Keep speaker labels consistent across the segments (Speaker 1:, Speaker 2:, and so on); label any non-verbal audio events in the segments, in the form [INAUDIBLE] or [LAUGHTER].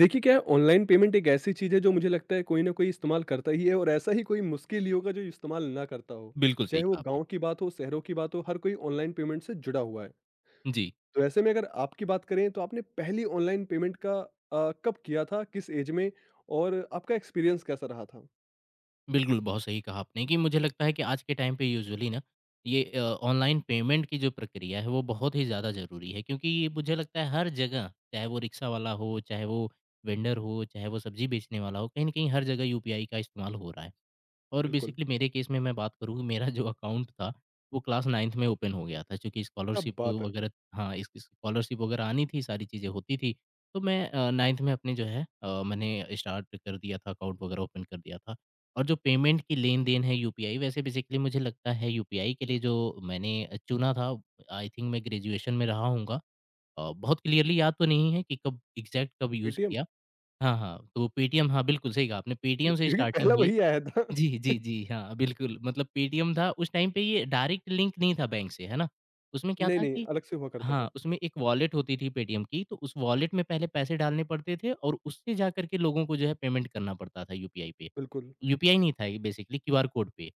Speaker 1: देखिए क्या है, ऑनलाइन पेमेंट एक ऐसी चीज़ है जो मुझे लगता है कोई ना कोई इस्तेमाल करता ही है और ऐसा ही कोई मुश्किल ही होगा जो इस्तेमाल ना करता हो।
Speaker 2: बिल्कुल सही
Speaker 1: चाहे वो
Speaker 2: कहा आपने।
Speaker 1: गाँव की बात हो, शहरों की बात हो, हर कोई ऑनलाइन पेमेंट से जुड़ा हुआ है।
Speaker 2: जी,
Speaker 1: तो ऐसे में अगर आपकी बात करें तो आपने पहली ऑनलाइन पेमेंट का कब किया था, किस एज में और आपका एक्सपीरियंस कैसा रहा था?
Speaker 2: बिल्कुल बहुत सही कहा आपने कि मुझे लगता है कि आज के टाइम पे यूजुअली ना ये ऑनलाइन पेमेंट की जो प्रक्रिया है वो बहुत ही ज़्यादा ज़रूरी है क्योंकि ये मुझे लगता है हर जगह, चाहे वो रिक्शा वाला हो, चाहे वो वेंडर हो, चाहे वो सब्जी बेचने वाला हो, कहीं न कहीं हर जगह यूपीआई का इस्तेमाल हो रहा है। और
Speaker 1: बिल्कुल,
Speaker 2: बेसिकली मेरे केस में मैं बात करूँ मेरा जो अकाउंट था वो क्लास 9th में ओपन हो गया था क्योंकि
Speaker 1: क्या
Speaker 2: स्कॉलरशिप
Speaker 1: बात है!
Speaker 2: वगैरह हाँ, इस स्कॉलरशिप वगैरह आनी थी, सारी चीज़ें होती थी। तो मैं 9th में अपने जो है मैंने स्टार्ट कर दिया था अकाउंट वगैरह ओपन कर दिया था। और जो पेमेंट की लेन-देन है यूपीआई वैसे बेसिकली मुझे लगता है यूपीआई के लिए जो मैंने चुना था आई थिंक मैं ग्रेजुएशन में रहा होऊँगा। बहुत क्लियरली याद तो नहीं है कि कब एग्ज़ैक्ट कब यूज़
Speaker 1: पेटीएम?
Speaker 2: किया। हाँ, हाँ, तो पेटीएम हाँ, बिल्कुल सही कहा आपने पेटीएम
Speaker 1: [LAUGHS]
Speaker 2: से
Speaker 1: क्योंकि
Speaker 2: स्टार्टिंग
Speaker 1: पहला
Speaker 2: हुई।
Speaker 1: वही आया था। [LAUGHS]
Speaker 2: जी, जी, जी। हाँ, बिल्कुल मतलब पेटीएम था उस टाइम पे ये डायरेक्ट लिंक नहीं था बैंक से, है ना? उसमें क्या
Speaker 1: नहीं,
Speaker 2: था
Speaker 1: नहीं,
Speaker 2: कि
Speaker 1: अलग से हुआ करता था।
Speaker 2: हाँ, उसमें एक वॉलेट होती थी पेटीएम की तो उस वॉलेट में पहले पैसे डालने पड़ते थे और उससे जा कर के लोगों को जो है पेमेंट करना पड़ता था यूपीआई पे।
Speaker 1: बिल्कुल।
Speaker 2: यूपीआई नहीं था ये बेसिकली क्यूआर कोड पे,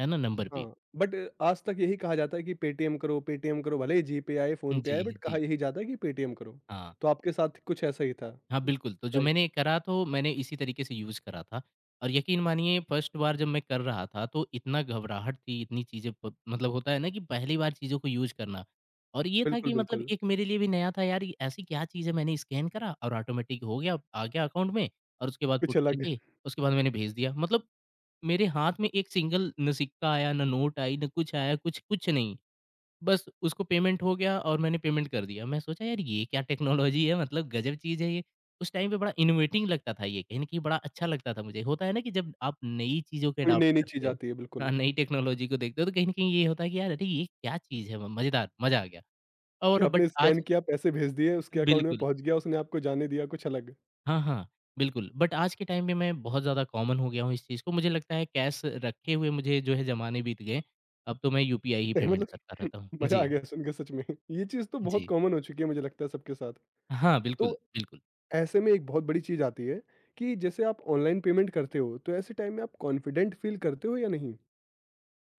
Speaker 2: है ना? नंबर पे।
Speaker 1: हाँ, बट आज तक यही कहा जाता है कि पेटीएम करो, पेटीएम करो, भले ही जीपे आए, फ़ोनपे
Speaker 2: जी,
Speaker 1: आए, बट कहा
Speaker 2: जी।
Speaker 1: यही जाता है कि पेटीएम करो।
Speaker 2: हाँ।
Speaker 1: तो आपके साथ कुछ ऐसा ही था,
Speaker 2: हाँ, बिल्कुल, तो जो
Speaker 1: राइट?
Speaker 2: मैंने करा तो मैंने इसी तरीके से यूज़ करा था और यकीन मानिए फर्स्ट बार जब मैं कर रहा था तो इतना घबराहट थी, इतनी चीज़ें प मतलब होता है ना कि पहली बार चीज़ों को यूज़ करना और ये था
Speaker 1: बिल्कुल,
Speaker 2: कि मतलब
Speaker 1: बिल्कुल।
Speaker 2: एक मेरे लिए भी नया था यार, ये ऐसी क्या चीज़ है मैंने स्कैन करा और ऑटोमेटिक हो गया, आ गया अकाउंट में और उसके बाद
Speaker 1: कुछ
Speaker 2: पुट
Speaker 1: अलग,
Speaker 2: करके उसके बाद मैंने भेज दिया। मतलब मेरे हाथ में एक सिंगल ना सिक्का आया, ना नोट आई, ना कुछ आया, कुछ कुछ नहीं। बस उसको पेमेंट हो गया और मैंने पेमेंट कर दिया। मैं सोचा यार ये क्या टेक्नोलॉज़ी है मतलब गज़ब चीज़ है ये। उस टाइम पे बड़ा इनोवेटिव लगता था ये कहीं न कहीं बड़ा अच्छा लगता था मुझे। होता है ना कि जब आप नई चीज़ों को
Speaker 1: कोई
Speaker 2: अडॉप्ट
Speaker 1: नई-नई
Speaker 2: करते
Speaker 1: चीज़
Speaker 2: हो
Speaker 1: आती है,
Speaker 2: हाँ,
Speaker 1: बिल्कुल,
Speaker 2: नई टेक्नोलॉज़ी को देखते हो तो कहीं न कहीं ये होता है कि यार अरे ये क्या चीज़ है म मज़ेदार, मज़ा आ गया।
Speaker 1: कि
Speaker 2: और बट
Speaker 1: आपने स्कैन
Speaker 2: आज
Speaker 1: किया, पैसे भेज दिए, उसके अकाउंट में
Speaker 2: बिल्कुल,
Speaker 1: पहुँच गया, उसने आपको जाने दिया, कुछ अलग।
Speaker 2: हाँ, हाँ, बिल्कुल। बट आज के टाइम में मैं बहुत ज़्यादा कॉमन हो गया हूँ इस चीज़ को। मुझे लगता है कैश रखे हुए मुझे जो है ज़माने बीत गए। अब तो मैं यूपीआई ही
Speaker 1: [LAUGHS]
Speaker 2: पेमेंट करता
Speaker 1: मतलब
Speaker 2: रहता हूँ।
Speaker 1: मज़ा
Speaker 2: जी,
Speaker 1: आ गया सुन के सच में। ये चीज़ तो बहुत
Speaker 2: जी।
Speaker 1: कॉमन हो चुकी है, मुझे लगता है सबके साथ।
Speaker 2: हाँ, बिल्कुल,
Speaker 1: तो
Speaker 2: बिल्कुल।
Speaker 1: ऐसे में एक बहुत बड़ी चीज़ आती है कि जैसे आप ऑनलाइन पेमेंट करते हो, तो ऐसे टाइम में आप कॉन्फिडेंट फ़ील करते हो या नहीं?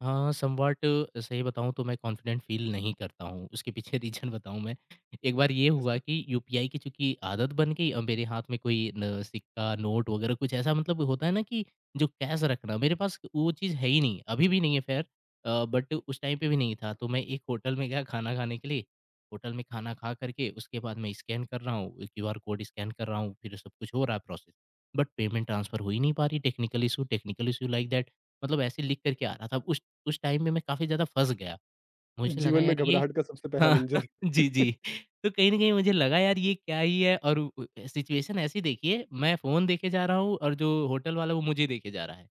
Speaker 2: हाँ, समवॉट सही बताऊँ तो मैं कॉन्फिडेंट फ़ील नहीं करता हूँ, उसके पीछे [LAUGHS] रीज़न बताऊँ मैं। एक बार ये हुआ
Speaker 1: ऐसे?
Speaker 2: कि यूपीआई की चूँकि आदत बन गई अब मेरे हाथ में कोई न सिक्का, नोट वग़ैरह कुछ ऐसा मतलब होता है ना कि जो कैश रखना, मेरे पास वो चीज़ है ही नहीं, अभी भी नहीं है ख़ैर बट उस टाइम पे भी नहीं था। तो मैं एक होटल में गया खाना खाने के लिए, होटल में खाना खा कर के उसके बाद मैं स्कैन कर रहा हूँ, क्यूआर कोड स्कैन कर रहा हूँ, फिर सब कुछ हो रहा है प्रोसेस, बट पेमेंट ट्रांसफ़र हो ही नहीं पा रही, टेक्निकल इश्यू लाइक दैट मतलब ऐसे लिख कर के आ रहा था। उस टाइम में मैं काफ़ी ज़्यादा फँस गया। मुझे लगा
Speaker 1: जीवन में
Speaker 2: यार ये
Speaker 1: घबराहट का सबसे पहला
Speaker 2: हाँ, [LAUGHS]
Speaker 1: मंज़र।
Speaker 2: जी,
Speaker 1: [LAUGHS]
Speaker 2: जी। तो कहीं न कहीं मुझे लगा यार ये क्या ही है और उ सिचुएशन ऐसी देखिए मैं फ़ोन देखे जा रहा हूँ और जो होटल वाला है वो मुझे देखे जा रहा है।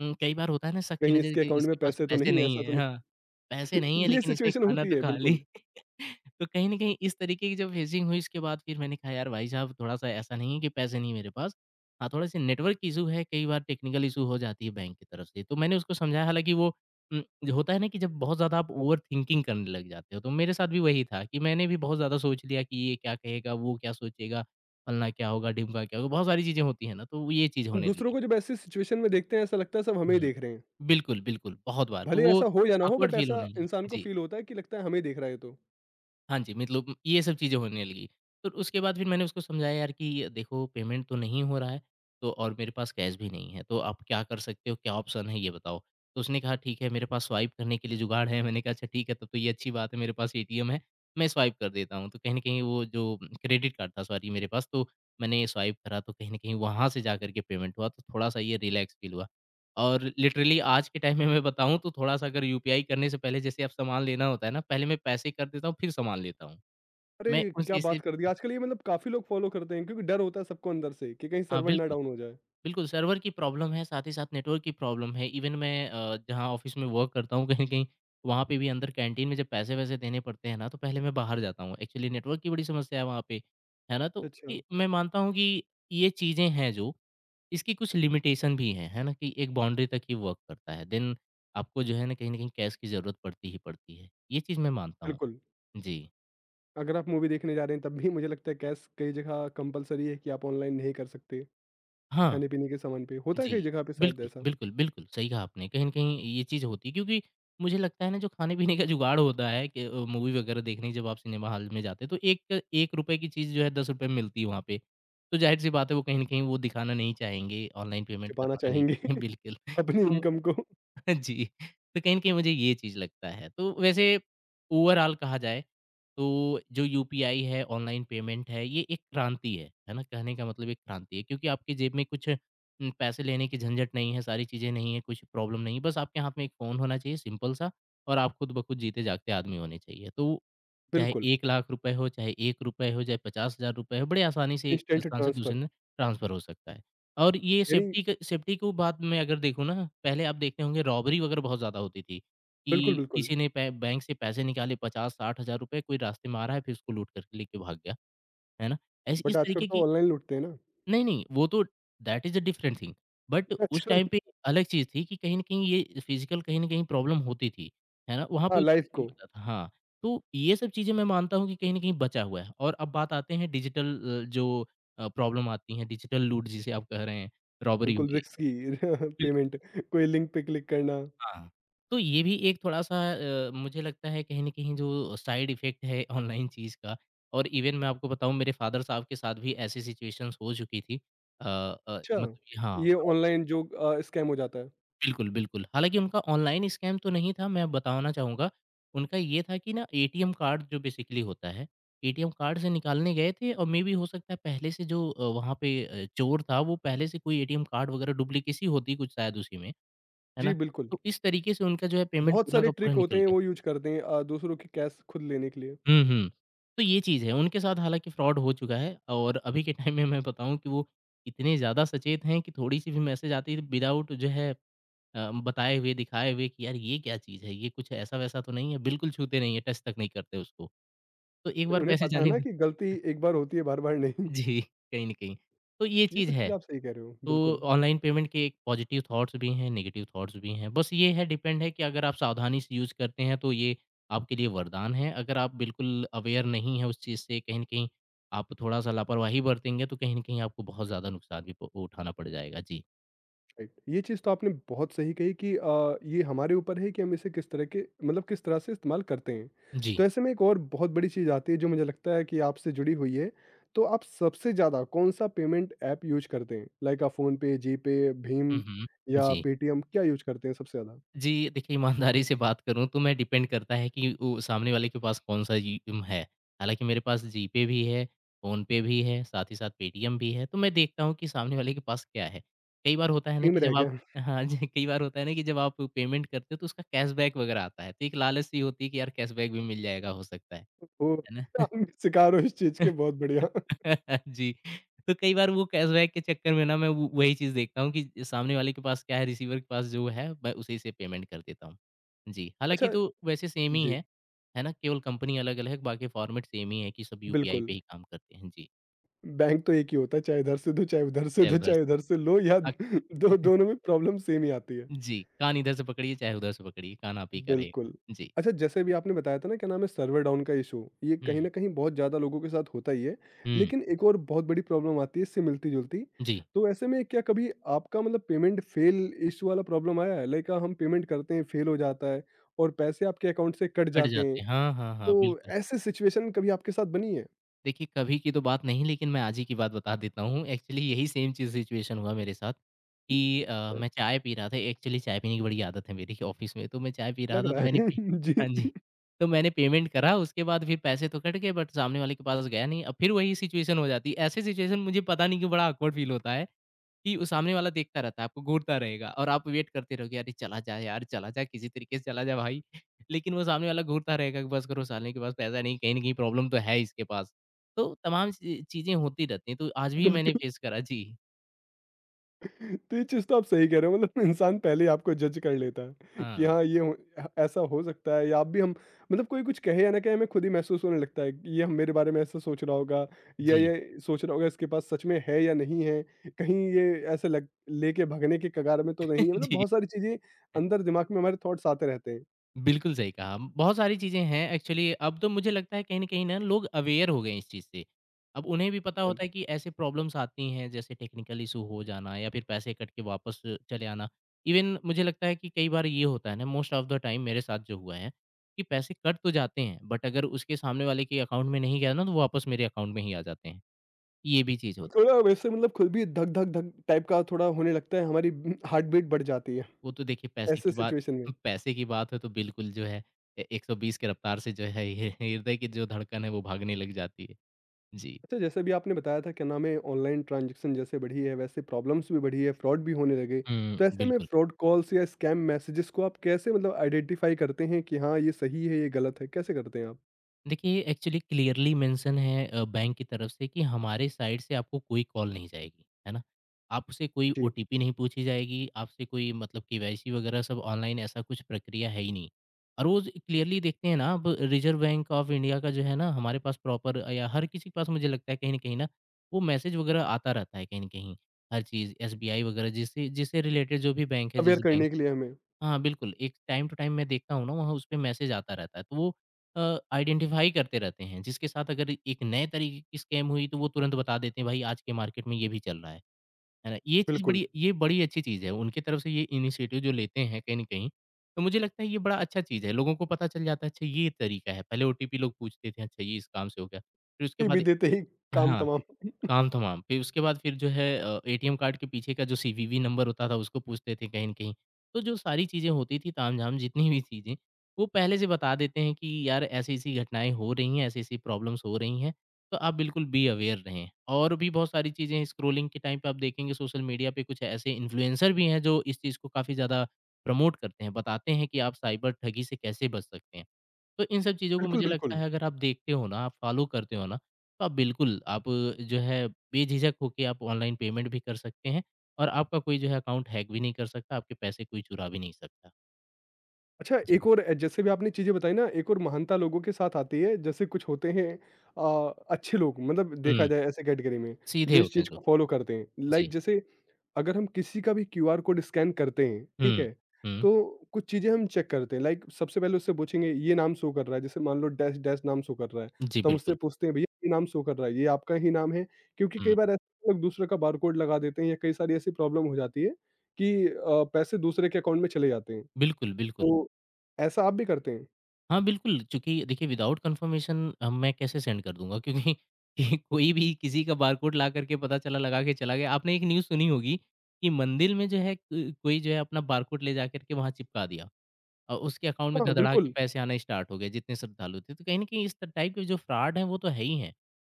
Speaker 2: कई बार होता है ना शक की
Speaker 1: कहीं
Speaker 2: नज़र
Speaker 1: इसके
Speaker 2: कि
Speaker 1: अकाउंट
Speaker 2: इसके
Speaker 1: में
Speaker 2: पास
Speaker 1: पैसे तो
Speaker 2: पैसे
Speaker 1: नहीं है,
Speaker 2: नहीं
Speaker 1: ऐसा तो
Speaker 2: है हाँ,
Speaker 1: नहीं?
Speaker 2: पैसे नहीं है
Speaker 1: [LAUGHS] ये
Speaker 2: लेकिन इसने
Speaker 1: सिचुएशन
Speaker 2: खाना
Speaker 1: होती
Speaker 2: तो
Speaker 1: है,
Speaker 2: खा ली।
Speaker 1: बिल्कुल।
Speaker 2: [LAUGHS] तो कहीं न कहीं इस तरीके की जब फेजिंग हुई इसके बाद फिर मैंने कहा यार भाई साहब थोड़ा-सा ऐसा नहीं है कि पैसे नहीं है मेरे पास। हाँ, थोड़े-से नेटवर्क की इश्यू है, कई बार टेक्निकल इश्यू हो जाती है बैंक की तरफ से। तो मैंने उसको समझाया हालाँकि वो जो होता है ना कि जब बहुत ज़्यादा आप ओवरथिंकिंग करने लग जाते हो, तो मेरे साथ भी वही था कि मैंने भी बहुत ज़्यादा सोच लिया कि ये क्या कहेगा, वो क्या सोचेगा, फलना क्या होगा, ढिमका क्या होगा, बहुत सारी चीज़ें होती हैं ना, तो ये चीज़
Speaker 1: हम
Speaker 2: होने
Speaker 1: दूसरों
Speaker 2: लगी।
Speaker 1: को जब ऐसी सिचुएशन में देखते हैं ऐसा लगता है सब हमें ही
Speaker 2: हुँ।
Speaker 1: देख रहे हैं।
Speaker 2: बिल्कुल, बिल्कुल, बहुत बार। तो
Speaker 1: भले
Speaker 2: वो
Speaker 1: ऐसा हो या ना हो,
Speaker 2: ऑकवर्ड
Speaker 1: बट
Speaker 2: फ़ील
Speaker 1: ऐसा
Speaker 2: होने लगा।
Speaker 1: इंसान को
Speaker 2: जी।
Speaker 1: फ़ील होता है कि लगता है हमें देख रहा है ये तो।
Speaker 2: हाँ जी, मतलब ये सब चीज़ें होने लगी। तो उसके बाद फिर मैंने उसको समझाया यार कि देखो पेमेंट तो नहीं हो रहा है, तो और मेरे पास कैश भी नहीं है, तो आप क्या कर सकते हो, क्या ऑप्शन है ये बताओ? तो उसने कहा ठीक है मेरे पास स्वाइप करने के लिए जुगाड़ है। मैंने कहा अच्छा ठीक है तब तो ये अच्छी बात है मेरे पास एटीएम है, मैं स्वाइप कर देता हूँ। तो कहीं न कहीं वो जो क्रेडिट कार्ड था सॉरी मेरे पास, तो मैंने स्वाइप करा तो कहीं न कहीं वहाँ से जा कर के पेमेंट हुआ, तो थोड़ा-सा ये रिलैक्स फ़ील हुआ। और लिटरली आज के टाइम में मैं बताऊँ तो थोड़ा-सा अगर यूपीआई करने से पहले जैसे अब सामान लेना होता है ना, पहले मैं पैसे कर देता हूँ, फिर सामान लेता हूँ। मैं
Speaker 1: अरे! क्या
Speaker 2: उसी से
Speaker 1: बात कर दी, आजकल ये मतलब काफ़ी लोग फ़ॉलो करते हैं क्योंकि डर होता है सबको अंदर से कि कहीं
Speaker 2: हाँ,
Speaker 1: सर्वर ना
Speaker 2: बिल्कुल।
Speaker 1: डाउन हो जाए।
Speaker 2: बिल्कुल, सर्वर की प्रॉब्लम है, साथ ही साथ नेटवर्क की प्रॉब्लम है। इवन मैं जहाँ ऑफ़िस में वर्क करता हूँ, कहीं न कहीं वहाँ पे भी अंदर कैंटीन में जब पैसे-वैसे देने पड़ते हैं ना, तो पहले मैं बाहर जाता हूँ। एक्चुअली नेटवर्क की बड़ी समस्या है वहाँ पे, है ना? तो
Speaker 1: अच्छा,
Speaker 2: ये मैं मानता हूँ कि ये चीज़ें हैं जो इसकी कुछ लिमिटेशन भी है ना? कि एक बाउंड्री तक ही वर्क करता है। देन आपको जो है ना कहीं न कहीं कैश की ज़रूरत पड़ती ही पड़ती है। ये चीज़ मैं मानता हूँ।
Speaker 1: बिल्कुल।
Speaker 2: जी।
Speaker 1: अगर आप मूवी देखने जा रहे हैं तब भी मुझे लगता है कैश कई जगह कंपल्सरी है कि आप ऑनलाइन नहीं कर सकते,
Speaker 2: हाँ,
Speaker 1: खाने-पीने के सामान पे। होता है कई
Speaker 2: जी।
Speaker 1: जगह पे शायद
Speaker 2: बिल्कुल,
Speaker 1: ऐसा,
Speaker 2: बिल्कुल, बिल्कुल, सही कहा आपने। कहीं न कहीं ये चीज़ होती है क्योंकि मुझे लगता है ना जो खाने-पीने का जुगाड़ होता है कि मूवी वगैरह देखने जब आप सिनेमा हॉल में जाते हैं तो एक ₹1 की चीज़ जो है ₹10 में मिलती है वहाँ पे। तो ज़ाहिर-सी बात है वो कहीं न कहीं वो दिखाना नहीं चाहेंगे, ऑनलाइन पेमेंट
Speaker 1: छिपाना
Speaker 2: करवाना नहीं
Speaker 1: चाहेंगे
Speaker 2: चाहेंगे [LAUGHS]
Speaker 1: [LAUGHS]
Speaker 2: बिल्कुल।
Speaker 1: अपनी
Speaker 2: तो
Speaker 1: इनकम को।
Speaker 2: [LAUGHS] जी, तो कहीं न कहीं मुझे ये चीज़ लगता है। तो वैसे ओवरऑल कहा जाए, तो जो यूपीआई है, ऑनलाइन पेमेंट है, ये एक क्रांति है ना? कहने का मतलब एक क्रांति है क्योंकि आपकी जेब में कुछ पैसे लेने की झंझट नहीं है, सारी चीज़ें नहीं है, कुछ प्रॉब्लम नहीं है, बस आपके हाथ में एक फ़ोन होना चाहिए सिंपल-सा और आप खुद ब खुद जीते-जागते आदमी होने चाहिए। तो चाहे
Speaker 1: बिल्कुल,
Speaker 2: 1 लाख रुपए हो, चाहे ₹1 हो, चाहे ₹50,000 हो, बड़े आसानी से एक
Speaker 1: इंस्टेंट
Speaker 2: स्थान से दूसरे
Speaker 1: ट्रांसफ़र।
Speaker 2: में ट्रांसफ़र हो सकता है। और ये
Speaker 1: यानी
Speaker 2: सेफ्टी क सेफ्टी को बात मैं अगर देखूँ ना, पहले आप देखते होंगे रॉबरी वगैरह बहुत ज़्यादा होती थी,
Speaker 1: बिल्कुल,
Speaker 2: कि
Speaker 1: बिल्कुल,
Speaker 2: किसी ने पै बैंक से पैसे निकाले 50-60 हज़ार रुपए, कोई रास्ते में आ रहा है, फिर उसको लूट कर के लेके भाग गया, है ना? ऐसे इस
Speaker 1: बट आजकल
Speaker 2: तरीके
Speaker 1: तो
Speaker 2: की
Speaker 1: ऑनलाइन लूटते हैं ना। अच्छा।
Speaker 2: नहीं, नहीं, वो तो that is a different thing. But उस टाइम
Speaker 1: [LAUGHS]
Speaker 2: पे अलग चीज़ थी कि कहीं न कहीं ये फिज़िकल कहीं न कहीं प्रॉब्लम होती थी, है ना? वहाँ पे
Speaker 1: हाँ, लाइव
Speaker 2: उसको नहीं
Speaker 1: को
Speaker 2: पता था हाँ, तो ये सब चीज़ें मैं मानता हूँ कि कहीं न कहीं बचा हुआ है। और अब बात आते हैं डिजिटल जो प्रॉब्लम आती हैं, डिजिटल लूट जिसे आप कह रहे हैं, रॉबरी हो
Speaker 1: बिल्कुल
Speaker 2: रही है।
Speaker 1: रिस्की [LAUGHS]
Speaker 2: बिल्कुल।
Speaker 1: पेमेंट, कोई लिंक पे क्लिक करना।
Speaker 2: हाँ, तो ये भी एक थोड़ा-सा मुझे लगता है कहीं न कहीं जो साइड इफ़ेक्ट है ऑनलाइन चीज़ का और इवन मैं आपको बताऊँ मेरे फ़ादर साहब के साथ भी ऐसी सिचुएशंस हो चुकी थी।
Speaker 1: अच्छा,
Speaker 2: मतलब कि हाँ,
Speaker 1: ये
Speaker 2: फ्रॉड
Speaker 1: ऑनलाइन जो स्कैम हो जाता है।
Speaker 2: बिल्कुल, बिल्कुल। हालाँकि उनका ऑनलाइन स्कैम तो नहीं था, मैं बताना चाहूँगा। उनका ये था कि ना एटीएम कार्ड जो बेसिकली होता है, एटीएम कार्ड से निकालने गए थे और मे बी हो सकता है पहले से जो वहाँ पे चोर था वो पहले से कोई एटीएम कार्ड वगैरह डुप्लीकेसी होती कुछ शायद उसी में। है
Speaker 1: जी,
Speaker 2: ना?
Speaker 1: बिल्कुल,
Speaker 2: तो इस तरीके से उनका जो है पेमेंट
Speaker 1: बहुत
Speaker 2: पूरा
Speaker 1: सारे
Speaker 2: का पूरा
Speaker 1: ट्रिक
Speaker 2: निकल
Speaker 1: होते हैं
Speaker 2: गया।
Speaker 1: वो यूज़ करते हैं दूसरों की कैश खुद लेने के लिए।
Speaker 2: हुँ, हुँ। तो ये चीज़ है, उनके साथ हालाँकि फ्रॉड हो चुका है और अभी के टाइम में मैं बताऊँ कि वो इतने ज़्यादा सचेत हैं कि थोड़ी-सी भी मैसेज आती है विदाउट जो है बताए हुए, दिखाए हुए कि यार ये क्या चीज़ है? ये कुछ ऐसा-वैसा तो नहीं है? बिल्कुल छूते नहीं है, टच तक नहीं करते उसको। तो एक बार
Speaker 1: उन्हें
Speaker 2: पैसे
Speaker 1: पता है
Speaker 2: जाने।
Speaker 1: ना कि गलती
Speaker 2: [LAUGHS]
Speaker 1: एक बार होती है, बार-बार नहीं। [LAUGHS]
Speaker 2: जी, कहीं न कहीं। तो ये
Speaker 1: ये
Speaker 2: चीज़
Speaker 1: तो
Speaker 2: है।
Speaker 1: चीज़ आप सही कह रहे हो,
Speaker 2: तो
Speaker 1: बिल्कुल।
Speaker 2: ऑनलाइन पेमेंट के एक पॉजिटिव थॉट्स भी हैं, नेगेटिव थॉट्स भी हैं। बस ये है डिपेंड है कि अगर आप सावधानी से यूज़ करते हैं तो ये आपके लिए वरदान है। अगर आप बिल्कुल अवेयर नहीं हैं उस चीज़ से कहीं न कहीं आप थोड़ा-सा लापरवाही बरतेंगे तो कहीं न कहीं आपको बहुत ज़्यादा नुकसान भी प उठाना पड़ जाएगा। जी।
Speaker 1: राइट, ये चीज़ तो आपने बहुत सही कही कि ये हमारे ऊपर है कि हम इसे किस तरह के, मतलब किस तरह से इस्तेमाल करते हैं।
Speaker 2: जी।
Speaker 1: तो ऐसे में एक और बहुत बड़ी चीज़ आती है जो मुझे लगता है कि आपसे जुड़ी हुई है। तो आप सबसे ज़्यादा कौन सा पेमेंट ऐप यूज करते हैं, लाइक आप फोन पे, जी पे,
Speaker 2: हुँ,
Speaker 1: भीम
Speaker 2: हुँ।
Speaker 1: या
Speaker 2: जी।
Speaker 1: पेटीएम, क्या यूज करते हैं सबसे ज़्यादा?
Speaker 2: जी, देखिए ईमानदारी से बात करूँ तो मैं डिपेंड करता है कि वो सामने वाले के पास कौन-सा जी है। हालाँकि मेरे पास जीपे भी है, फ़ोनपे भी है, साथ ही साथ पेटीएम भी है, तो मैं देखता हूँ कि सामने वाले के पास क्या है। कई बार होता है ना
Speaker 1: भीम
Speaker 2: कि
Speaker 1: रह
Speaker 2: जब आप।
Speaker 1: गया।
Speaker 2: हाँ जी, कई बार होता है ना कि जब आप पेमेंट करते हो तो उसका कैशबैक वग़ैरह आता है, तो एक लालच सी होती है कि यार कैशबैक भी मिल जाएगा हो सकता
Speaker 1: [LAUGHS] ओ,
Speaker 2: है ना?
Speaker 1: आप भी शिकार हो इस चीज़ के,
Speaker 2: [LAUGHS]
Speaker 1: बहुत बढ़िया।
Speaker 2: [LAUGHS] जी, तो कई बार वो कैशबैक के चक्कर में ना मैं वो वही चीज़ देखता हूँ कि सामने वाले के पास क्या है, रिसीवर के पास जो है, मैं उसी से पेमेंट कर देता हूँ। जी,
Speaker 1: अच्छा,
Speaker 2: हालाँकि तो वैसे सेम ही
Speaker 1: जी,
Speaker 2: है ना? केवल कंपनी अलग-अलग है, बाकी फॉर्मेट सेम ही है कि सब यूपीआई
Speaker 1: बिल्कुल।
Speaker 2: पे ही काम करते हैं। जी,
Speaker 1: बैंक तो एक ही होता है, चाहे इधर से दो, चाहे उधर से
Speaker 2: चाहे
Speaker 1: दो,
Speaker 2: उधर
Speaker 1: चाहे
Speaker 2: से।
Speaker 1: उधर से लो या [LAUGHS]
Speaker 2: अ,
Speaker 1: दो,
Speaker 2: [LAUGHS]
Speaker 1: दोनों में प्रॉब्लम सेम ही आती है।
Speaker 2: जी, कान इधर से पकड़िए, चाहे उधर से पकड़िए, कान आप ही का रहेगा।
Speaker 1: बिल्कुल।
Speaker 2: जी।
Speaker 1: अच्छा, जैसे अभी आपने बताया था ना, क्या नाम है, सर्वर डाउन का इश्यू, ये
Speaker 2: हुँ,
Speaker 1: कहीं
Speaker 2: हुँ।
Speaker 1: न कहीं बहुत ज़्यादा लोगों के साथ होता ही है,
Speaker 2: हुँ,
Speaker 1: लेकिन एक और बहुत बड़ी प्रॉब्लम आती है इससे मिलती-जुलती।
Speaker 2: जी,
Speaker 1: तो ऐसे में क्या कभी आपका, मतलब पेमेंट फ़ेल इश्यू वाला प्रॉब्लम आया है? लाइक हम पेमेंट करते हैं, फ़ेल हो जाता है और पैसे आपके अकाउंट से कट
Speaker 2: कट
Speaker 1: जाते हैं।
Speaker 2: जाते हैं। हाँ, हाँ, हाँ,
Speaker 1: तो
Speaker 2: बिल्कुल।
Speaker 1: ऐसी सिचुएशन कभी आपके साथ बनी है?
Speaker 2: देखिए, कभी की तो बात नहीं लेकिन मैं आज ही की बात बता देता हूँ। एक्चुअली यही सेम चीज़ सिचुएशन हुआ मेरे साथ कि
Speaker 1: अ,
Speaker 2: मैं चाय पी रहा था। एक्चुअली चाय पीने की बड़ी आदत है मेरी [LAUGHS] ऑफ़िस में, तो मैं चाय पी रहा
Speaker 1: लग
Speaker 2: था तो
Speaker 1: रहा
Speaker 2: मैंने
Speaker 1: है।
Speaker 2: पे
Speaker 1: [LAUGHS] जी,
Speaker 2: हाँ जी, तो मैंने पेमेंट करा उसके बाद फिर पैसे तो कट गए बट सामने वाले के पास गया नहीं। अब फिर वही सिचुएशन हो जाती है। ऐसे सिचुएशन मुझे पता नहीं क्यों बड़ा ऑकवर्ड फ़ील होता है कि वो सामने वाला देखता रहता है, आपको घूरता रहेगा और आप वेट करते रहोगे, "अरे! चला जा यार, चला जा, किसी तरीके से चला जा भाई।" [LAUGHS] लेकिन वो सामने वाला घूरता रहेगा कि बस करो साले के पास पैसा नहीं, कहीं न कहीं प्रॉब्लम तो है इसके पास। तो तमाम सी चीज़ें होती रहती हैं, तो आज भी मैंने
Speaker 1: बिल्कुल।
Speaker 2: फेस करा। जी।
Speaker 1: तो ये चीज़ तो आप सही कह रहे हो, मतलब इंसान पहले ही आपको जज कर लेता है कि
Speaker 2: हाँ।
Speaker 1: हाँ ये ऐसा हो सकता है, या आप भी हम मतलब, कोई कुछ कहे या ना कहे हमें खुद ही महसूस होने लगता है कि ये हम, मेरे बारे में ऐसा सोच रहा होगा या
Speaker 2: जी।
Speaker 1: ये सोच रहा होगा, इसके पास सच में है या नहीं है, कहीं ये ऐसे लग लेके भगने के कगार में तो नहीं है,
Speaker 2: [LAUGHS]
Speaker 1: मतलब
Speaker 2: जी।
Speaker 1: बहुत सारी चीज़ें अंदर दिमाग में, हमारे थॉट्स आते रहते हैं।
Speaker 2: बिल्कुल सही कहा। बहुत सारी चीज़ें हैं एक्चुअली। अब तो मुझे लगता है कहीं न कहीं ना लोग अवेयर हो गए हैं इस चीज़ से। अब उन्हें भी पता
Speaker 1: बिल्कुल।
Speaker 2: होता है कि ऐसे प्रॉब्लम्स आती हैं जैसे टेक्निकल इश्यू हो जाना या फिर पैसे कट के वापस चले आना। इवन मुझे लगता है कि कई बार ये होता है ना मोस्ट ऑफ द टाइम मेरे साथ जो हुआ है कि पैसे कट तो जाते हैं बट अगर उसके सामने वाले के अकाउंट में नहीं गया ना तो वो वापस मेरे अकाउंट में ही आ जाते हैं। ये भी चीज़ होती है।
Speaker 1: थोड़ा वैसे मतलब खुद भी धक धक धक टाइप का थोड़ा होने लगता है, हमारी हार्ट बीट बढ़ जाती है
Speaker 2: वो तो देखिए पैसे
Speaker 1: ऐसे
Speaker 2: की बात।
Speaker 1: सिचुएशन में।
Speaker 2: [LAUGHS] पैसे की बात है तो बिल्कुल जो है ए 120 की रफ़्तार से जो है ये हृदय की जो धड़कन है वो भागने लग जाती है। जी।
Speaker 1: अच्छा, जैसे भी आपने बताया था, क्या नाम है, ऑनलाइन ट्रांजैक्शन जैसे बढ़ी है वैसे प्रॉब्लम्स भी बढ़ी है, फ्रॉड भी होने लगे,
Speaker 2: हुँ,
Speaker 1: तो ऐसे में
Speaker 2: बिल्कुल।
Speaker 1: फ्रॉड कॉल्स या स्कैम मैसेजेस को आप कैसे, मतलब आइडेंटिफाई करते हैं कि हाँ ये सही है ये गलत है, कैसे करते हैं आप?
Speaker 2: देखिए एक्चुअली क्लियरली मेंशन है बैंक की तरफ से कि हमारे साइड से आपको कोई कॉल नहीं जाएगी, है ना? आपसे कोई
Speaker 1: जी,
Speaker 2: ओटीपी नहीं पूछी जाएगी, आपसे कोई मतलब केवाईसी वगैरह सब ऑनलाइन ऐसा कुछ प्रक्रिया है ही नहीं। और वो ज क्लियरली देखते हैं ना अब रिज़र्व बैंक ऑफ इंडिया का जो है ना हमारे पास प्रॉपर या हर किसी के पास मुझे लगता है कहीं न कहीं ना, वो मैसेज वगैरह आता रहता है कहीं न कहीं, हर चीज़ एसबीआई वगैरह जिससे जिससे रिलेटेड जो भी बैंक है
Speaker 1: अवेयर
Speaker 2: जिस बैंक
Speaker 1: करने के
Speaker 2: से।
Speaker 1: लिए हमें।
Speaker 2: हाँ, बिल्कुल, एक टाइम टू टाइम मैं देखता हूँ ना वहाँ उसपे मैसेज आता रहता है, तो वो आइडेंटिफ़ाई करते रहते हैं, जिसके साथ अगर एक नए तरीके की स्कैम हुई तो वो तुरंत बता देते हैं भाई आज के मार्केट में ये भी चल रहा है ना? ये चीज़
Speaker 1: बिल्कुल।
Speaker 2: बड़ी ये बड़ी अच्छी चीज़ है, उनकी तरफ से ये इनिशिएटिव जो लेते हैं कहीं न कहीं, तो मुझे लगता है ये बड़ा अच्छा चीज़ है, लोगों को पता चल जाता है अच्छा ये तरीका है, पहले ओटीपी लोग पूछते थे, अच्छा ये इस काम से हो गया, फिर उसके
Speaker 1: ये भी
Speaker 2: बाद।
Speaker 1: देते ही काम
Speaker 2: हाँ।
Speaker 1: तमाम।
Speaker 2: काम तमाम। फिर उसके बाद फिर जो है एटीएम कार्ड के पीछे का जो सीवीवी नंबर होता था उसको पूछते थे कहीं न कहीं। तो जो सारी चीज़ें होती थी तामझाम जितनी भी चीज़ें, वो पहले से बता देते हैं कि यार ऐसी-ऐसी घटनाएँ हो रही हैं, ऐसी-ऐसी प्रॉब्लम्स हो रही हैं, तो आप बिल्कुल बी अवेयर रहें। और भी बहुत सारी चीज़ें हैं स्क्रॉलिंग के टाइम पे आप देखेंगे सोशल मीडिया पे कुछ ऐसे इन्फ्लुएंसर भी हैं जो इस चीज़ को काफ़ी ज़्यादा प्रमोट करते हैं, बताते हैं कि आप साइबर ठगी से कैसे बच सकते हैं। तो इन सब चीज़ों को
Speaker 1: बिल्कुल,
Speaker 2: मुझे लगता
Speaker 1: बिल्कुल।
Speaker 2: है अगर आप देखते हो ना, आप फ़ॉलो करते हो ना, तो आप बिल्कुल आप जो है बेझिझक होके आप ऑनलाइन पेमेंट भी कर सकते हैं और आपका कोई जो है अकाउंट हैक भी नहीं कर सकता, आपके पैसे कोई चुरा भी नहीं सकता।
Speaker 1: अच्छा,
Speaker 2: जी।
Speaker 1: एक और जैसे भी आपने चीजें बताई ना, एक और महानता लोगों के साथ आती है, जैसे कुछ होते हैं अच्छे लोग, मतलब देखा
Speaker 2: हुँ,
Speaker 1: जाए ऐसे कैटेगरी में,
Speaker 2: सीधे
Speaker 1: जो इस
Speaker 2: होते हैं
Speaker 1: चीज
Speaker 2: जो।
Speaker 1: को फॉलो करते हैं, लाइक
Speaker 2: जी।
Speaker 1: जैसे अगर हम किसी का भी क्यूआर कोड स्कैन करते हैं, ठीक
Speaker 2: हुँ,
Speaker 1: है?
Speaker 2: हुँ।
Speaker 1: तो कुछ चीज़ें हम चेक करते हैं, लाइक सबसे पहले उससे पूछेंगे ये नाम शो कर रहा है, जैसे मान लो डैश डैश नाम शो कर रहा है,
Speaker 2: जी,
Speaker 1: तो हम उससे
Speaker 2: बिल्कुल।
Speaker 1: पूछते हैं भैया ये नाम शो कर रहा है, ये आपका ही नाम है? क्योंकि
Speaker 2: हुँ,
Speaker 1: कई बार ऐसे लोग दूसरे का बारकोड लगा देते हैं या कई सारी ऐसी प्रॉब्लम हो जाती है कि पैसे दूसरे के अकाउंट में चले जाते हैं।
Speaker 2: बिल्कुल, बिल्कुल।
Speaker 1: तो ऐसा आप भी करते हैं?
Speaker 2: हाँ, बिल्कुल, चूँकि देखिए विदाउट कन्फर्मेशन मैं कैसे सेंड कर दूँगा क्योंकि [LAUGHS] कि कोई भी किसी का बारकोड ला कर के पता चला लगा के चला गया। आपने एक न्यूज़ सुनी होगी कि मंदिर में जो है कोई जो है अपना बारकोड ले जाकर के वहाँ चिपका दिया और उसके अकाउंट में
Speaker 1: हाँ,
Speaker 2: धड़ाधड़ा के
Speaker 1: बिल्कुल।
Speaker 2: पैसे आना स्टार्ट हो गए जितने श्रद्धालु थे। तो कहीं न कहीं इस टाइप के जो फ्रॉड हैं वो तो है ही हैं।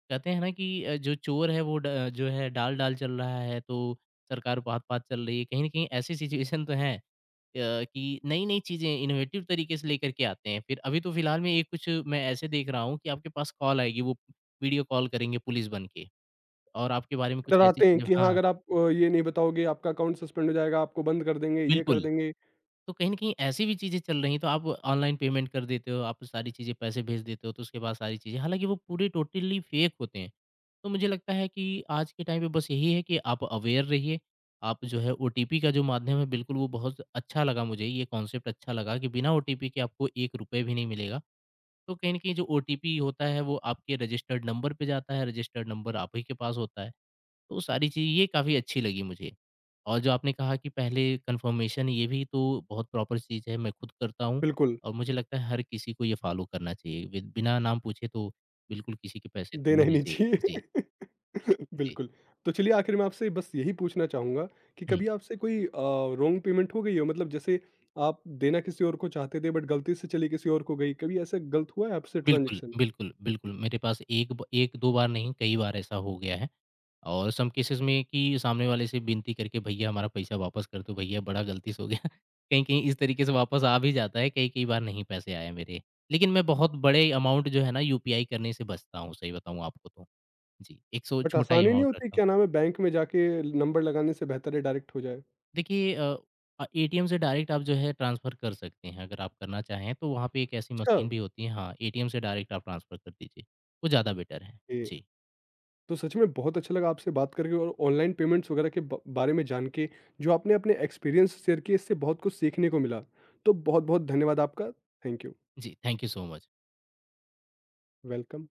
Speaker 2: कहते हैं ना कि जो चोर है वो ड जो है डाल-डाल चल रहा है तो सरकार पात-पात चल रही है। कहीं न कहीं ऐसी सिचुएशन तो है। कि नई-नई चीज़ें इनोवेटिव तरीके से लेकर के आते हैं। फिर अभी तो फिलहाल में एक कुछ मैं ऐसे देख रहा हूँ कि आपके पास कॉल आएगी, वो वीडियो कॉल करेंगे पुलिस बन के और आपके बारे में कुछ ऐसी
Speaker 1: डराते हैं
Speaker 2: चीज़ें।
Speaker 1: कि हाँ,
Speaker 2: हाँ,
Speaker 1: अगर आप ये नहीं बताओगे आपका अकाउंट सस्पेंड हो जाएगा, आपको बंद कर देंगे, ये कर
Speaker 2: बिल्कुल।
Speaker 1: देंगे।
Speaker 2: तो कहीं न कहीं ऐसी भी चीज़ें चल रही हैं, तो आप ऑनलाइन पेमेंट कर देते हो, आप सारी चीज़ें पैसे भेज देते हो, तो उसके बाद सारी चीज़ें हालाँकि वो पूरे टोटली फेक होते हैं। तो मुझे लगता है कि आज के टाइम पे बस यही है कि आप अवेयर रहिए, आप जो है ओटीपी का जो माध्यम है बिल्कुल वो बहुत अच्छा लगा मुझे, ये कॉन्सेप्ट अच्छा लगा कि बिना ओटीपी के आपको 1 रुपए भी नहीं मिलेगा तो कहीं न कहीं जो ओटीपी होता है वो आपके रजिस्टर्ड नंबर पे जाता है, रजिस्टर्ड नंबर आप ही के पास होता है। तो सारी चीज़ ये काफ़ी अच्छी लगी मुझे। और जो आपने कहा कि पहले कन्फर्मेशन ये भी तो बहुत प्रॉपर चीज़ है, मैं खुद करता हूँ
Speaker 1: बिल्कुल,
Speaker 2: और मुझे लगता है हर किसी को ये फॉलो करना चाहिए। बि बिना नाम पूछे तो बिल्कुल किसी के पैसे
Speaker 1: देना
Speaker 2: देने
Speaker 1: ही
Speaker 2: नहीं
Speaker 1: नहीं
Speaker 2: चाहिए। जी,
Speaker 1: चाहिए। [LAUGHS] [LAUGHS]
Speaker 2: जी।
Speaker 1: बिल्कुल। तो चलिए, आखिर में आपसे बस यही पूछना चाहूँगा कि
Speaker 2: हुँ,
Speaker 1: कभी आपसे कोई रॉन्ग पेमेंट हो गई हो? मतलब जैसे आप देना किसी और को चाहते थे बट गलती से चली किसी और को गई, कभी ऐसा गलत हुआ है आपसे
Speaker 2: बिल्कुल,
Speaker 1: ट्रांज़ैक्शन?
Speaker 2: बिल्कुल, बिल्कुल। मेरे पास एक ब 1-2 बार नहीं कई बार ऐसा हो गया है। और सम केसेस में कि सामने वाले से विनती करके भैया हमारा पैसा वापस कर दो भैया बड़ा गलती से हो गया [LAUGHS] कहीं-कहीं इस तरीके से वापस आ भी जाता है, कई-कई बार नहीं पैसे आए मेरे। लेकिन मैं बहुत बड़े अमाउंट जो है ना यूपीआई करने से बचता हूँ, सही बताऊँ आपको तो। जी, एक सो
Speaker 1: बट
Speaker 2: छोटा ही
Speaker 1: आसानी नहीं
Speaker 2: अमाउंट
Speaker 1: होती,
Speaker 2: रखता हूँ।
Speaker 1: क्या नाम है, बैंक में जाके नंबर लगाने से बेहतर है डायरेक्ट हो जाए?
Speaker 2: देखिए एटीएम से डायरेक्ट आप जो है ट्रांसफ़र कर सकते हैं अगर आप करना चाहें तो वहाँ पे एक ऐसी
Speaker 1: अच्छा,
Speaker 2: मशीन भी होती है हाँ, एटीएम से डायरेक्ट आप ट्रांसफ़र कर दीजिए। वो ज़्यादा बेटर है।
Speaker 1: ओके।
Speaker 2: जी,
Speaker 1: तो सच में बहुत अच्छा लगा आपसे बात करके, और ऑनलाइन पेमेंट्स वगैरह के ब बारे में जान के जो आपने अपने एक्सपीरियंस शेयर किए, इससे बहुत कुछ सीखने को मिला। तो बहुत-बहुत धन्यवाद आपका। Thank you.
Speaker 2: जी, thank you so much.
Speaker 1: Welcome.